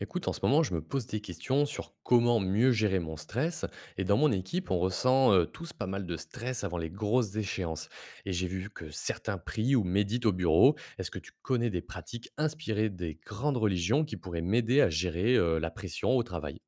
Écoute, en ce moment, je me pose des questions sur comment mieux gérer mon stress. Et dans mon équipe, on ressent tous pas mal de stress avant les grosses échéances. Et j'ai vu que certains prient ou méditent au bureau. Est-ce que tu connais des pratiques inspirées des grandes religions qui pourraient m'aider à gérer la pression au travail?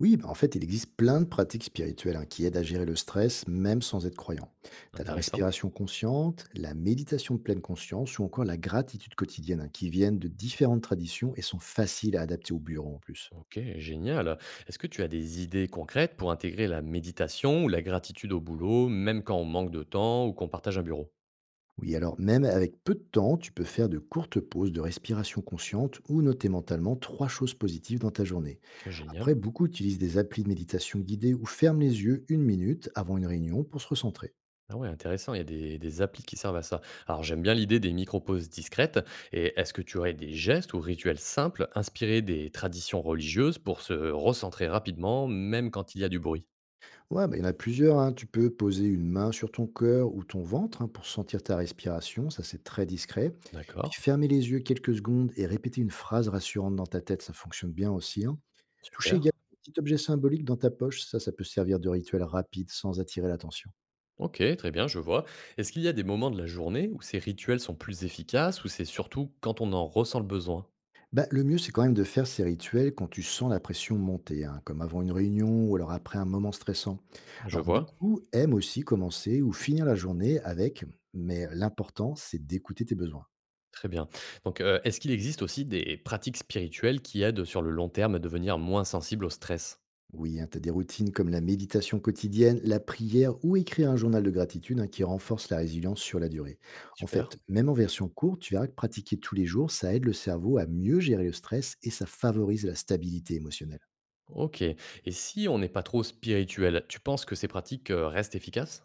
Oui, bah, en fait, il existe plein de pratiques spirituelles hein, qui aident à gérer le stress, même sans être croyant. Tu as la Intéressant. respiration consciente, la méditation de pleine conscience ou encore la gratitude quotidienne, hein, qui viennent de différentes traditions et sont faciles à adapter au bureau en plus. Ok, génial. Est-ce que tu as des idées concrètes pour intégrer la méditation ou la gratitude au boulot, même quand on manque de temps ou qu'on partage un bureau? Oui, alors même avec peu de temps, tu peux faire de courtes pauses de respiration consciente ou noter mentalement trois choses positives dans ta journée. Ok, Après, génial. beaucoup utilisent des applis de méditation guidée ou ferment les yeux une minute avant une réunion pour se recentrer. Ah ouais, intéressant, il y a des applis qui servent à ça. Alors j'aime bien l'idée des micro-pauses discrètes, et est-ce que tu aurais des gestes ou rituels simples inspirés des traditions religieuses pour se recentrer rapidement, même quand il y a du bruit? Ouais, bah, il y en a plusieurs, hein. Tu peux poser une main sur ton cœur ou ton ventre hein, pour sentir ta respiration, ça c'est très discret. Puis D'accord, fermer les yeux quelques secondes et répéter une phrase rassurante dans ta tête, ça fonctionne bien aussi, hein. Toucher super. également un petit objet symbolique dans ta poche, ça ça peut servir de rituel rapide sans attirer l'attention. Ok, très bien, je vois. Est-ce qu'il y a des moments de la journée où ces rituels sont plus efficaces, ou c'est surtout quand on en ressent le besoin? Bah, le mieux c'est quand même de faire ces rituels quand tu sens la pression monter, hein, comme avant une réunion ou alors après un moment stressant. Je Alors vois. beaucoup aiment aussi commencer ou finir la journée avec, mais l'important c'est d'écouter tes besoins. Très bien. Donc, est-ce qu'il existe aussi des pratiques spirituelles qui aident sur le long terme à devenir moins sensible au stress? Oui, hein, t'as des routines comme la méditation quotidienne, la prière ou écrire un journal de gratitude hein, qui renforce la résilience sur la durée. En Super. fait, même en version courte, tu verras que pratiquer tous les jours, ça aide le cerveau à mieux gérer le stress et ça favorise la stabilité émotionnelle. OK, et si on n'est pas trop spirituel, tu penses que ces pratiques, restent efficaces?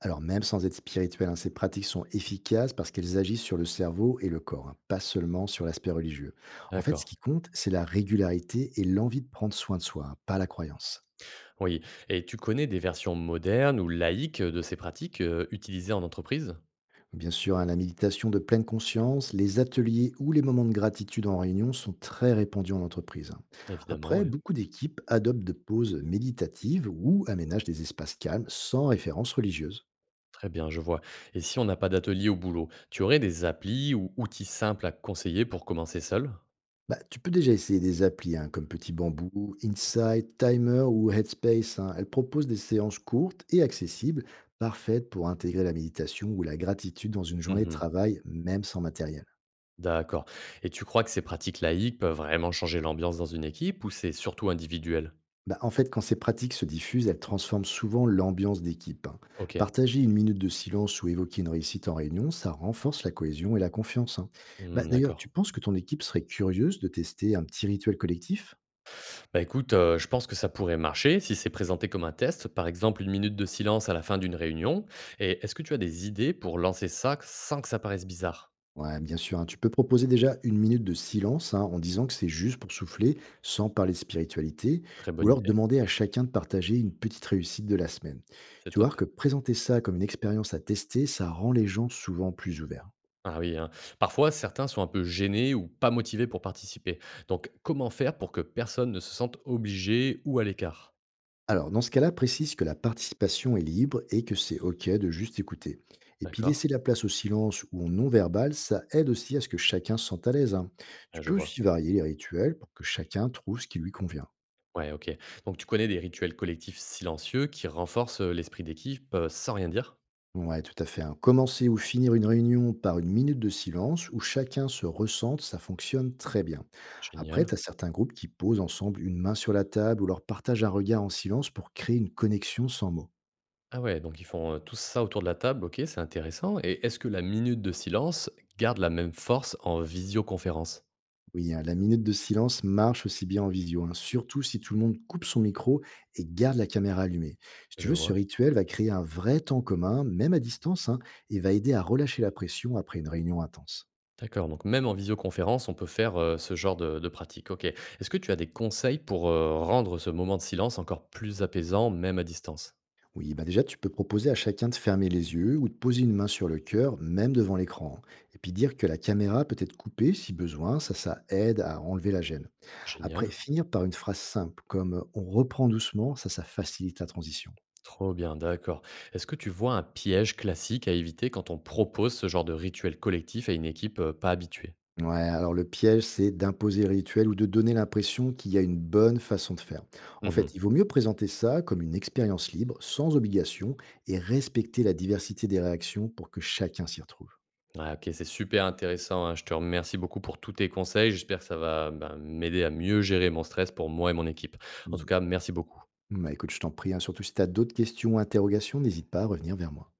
Alors même sans être spirituel, hein, ces pratiques sont efficaces parce qu'elles agissent sur le cerveau et le corps, hein, pas seulement sur l'aspect religieux. En fait, ce D'accord, qui compte, c'est la régularité et l'envie de prendre soin de soi, hein, pas la croyance. oui, et tu connais des versions modernes ou laïques de ces pratiques, utilisées en entreprise? Bien sûr, hein, la méditation de pleine conscience, les ateliers ou les moments de gratitude en réunion sont très répandus en entreprise, hein. Évidemment, Après, ouais. beaucoup d'équipes adoptent de pauses méditatives ou aménagent des espaces calmes sans référence religieuse. Très bien, je vois, et si on n'a pas d'atelier au boulot, tu aurais des applis ou outils simples à conseiller pour commencer seul? Bah, tu peux déjà essayer des applis hein, comme Petit Bambou, Inside, Timer ou Headspace, hein. Elles proposent des séances courtes et accessibles, parfaites pour intégrer la méditation ou la gratitude dans une journée de Mmh. travail, même sans matériel. D'accord, et tu crois que ces pratiques laïques peuvent vraiment changer l'ambiance dans une équipe ou c'est surtout individuel? Bah, en fait, quand ces pratiques se diffusent, elles transforment souvent l'ambiance d'équipe, hein. OK. Partager une minute de silence ou évoquer une réussite en réunion, ça renforce la cohésion et la confiance, hein. Bah, Mmh, d'ailleurs, tu d'accord. penses que ton équipe serait curieuse de tester un petit rituel collectif? Bah écoute, je pense que ça pourrait marcher si c'est présenté comme un test, par exemple une minute de silence à la fin d'une réunion, et est-ce que tu as des idées pour lancer ça sans que ça paraisse bizarre? Ouais, bien sûr, hein. Tu peux proposer déjà une minute de silence hein, en disant que c'est juste pour souffler, sans parler spiritualité, Très ou bonne alors idée, demander à chacun de partager une petite réussite de la semaine. c'est Tu vois top. que présenter ça comme une expérience à tester, ça rend les gens souvent plus ouverts. Ah oui, hein. Parfois, certains sont un peu gênés ou pas motivés pour participer. Donc comment faire pour que personne ne se sente obligé ou à l'écart? Alors, dans ce cas-là, précise que la participation est libre et que c'est OK de juste écouter. Et puis, D'accord. laisser la place au silence ou au non-verbal, ça aide aussi à ce que chacun se sente à l'aise, hein. Tu Ouais, je peux vois. aussi varier les rituels pour que chacun trouve ce qui lui convient. Ouais, OK. Donc tu connais des rituels collectifs silencieux qui renforcent, l'esprit d'équipe, sans rien dire? Ouais, tout à fait, hein. Commencer ou finir une réunion par une minute de silence où chacun se ressente, ça fonctionne très bien. Après, tu Génial. as certains groupes qui posent ensemble une main sur la table ou leur partagent un regard en silence pour créer une connexion sans mots. Ah ouais, donc ils font, tous ça autour de la table, OK, c'est intéressant, et est-ce que la minute de silence garde la même force en visioconférence? Oui, hein, la minute de silence marche aussi bien en visio, hein, surtout si tout le monde coupe son micro et garde la caméra allumée. Si tu Je veux, ce vois. rituel va créer un vrai temps commun, même à distance, hein, et va aider à relâcher la pression après une réunion intense. D'accord, donc même en visioconférence, on peut faire, ce genre de pratique, OK. Est-ce que tu as des conseils pour, rendre ce moment de silence encore plus apaisant, même à distance? Oui, bah déjà, tu peux proposer à chacun de fermer les yeux ou de poser une main sur le cœur, même devant l'écran. Et puis dire que la caméra peut être coupée si besoin, ça aide à enlever la gêne. Après, Génial, finir par une phrase simple, comme on reprend doucement, ça facilite la transition. trop bien, d'accord. Est-ce que tu vois un piège classique à éviter quand on propose ce genre de rituel collectif à une équipe, pas habituée? Ouais, alors le piège, c'est d'imposer le rituel ou de donner l'impression qu'il y a une bonne façon de faire. En fait, Mmh. il vaut mieux présenter ça comme une expérience libre, sans obligation, et respecter la diversité des réactions pour que chacun s'y retrouve. Ouais, OK, c'est super intéressant, hein. Je te remercie beaucoup pour tous tes conseils. J'espère que ça va, ben, m'aider à mieux gérer mon stress pour moi et mon équipe. En Mm. tout cas, merci beaucoup. Bah, écoute, je t'en prie, hein, surtout si tu as d'autres questions ou interrogations, n'hésite pas à revenir vers moi.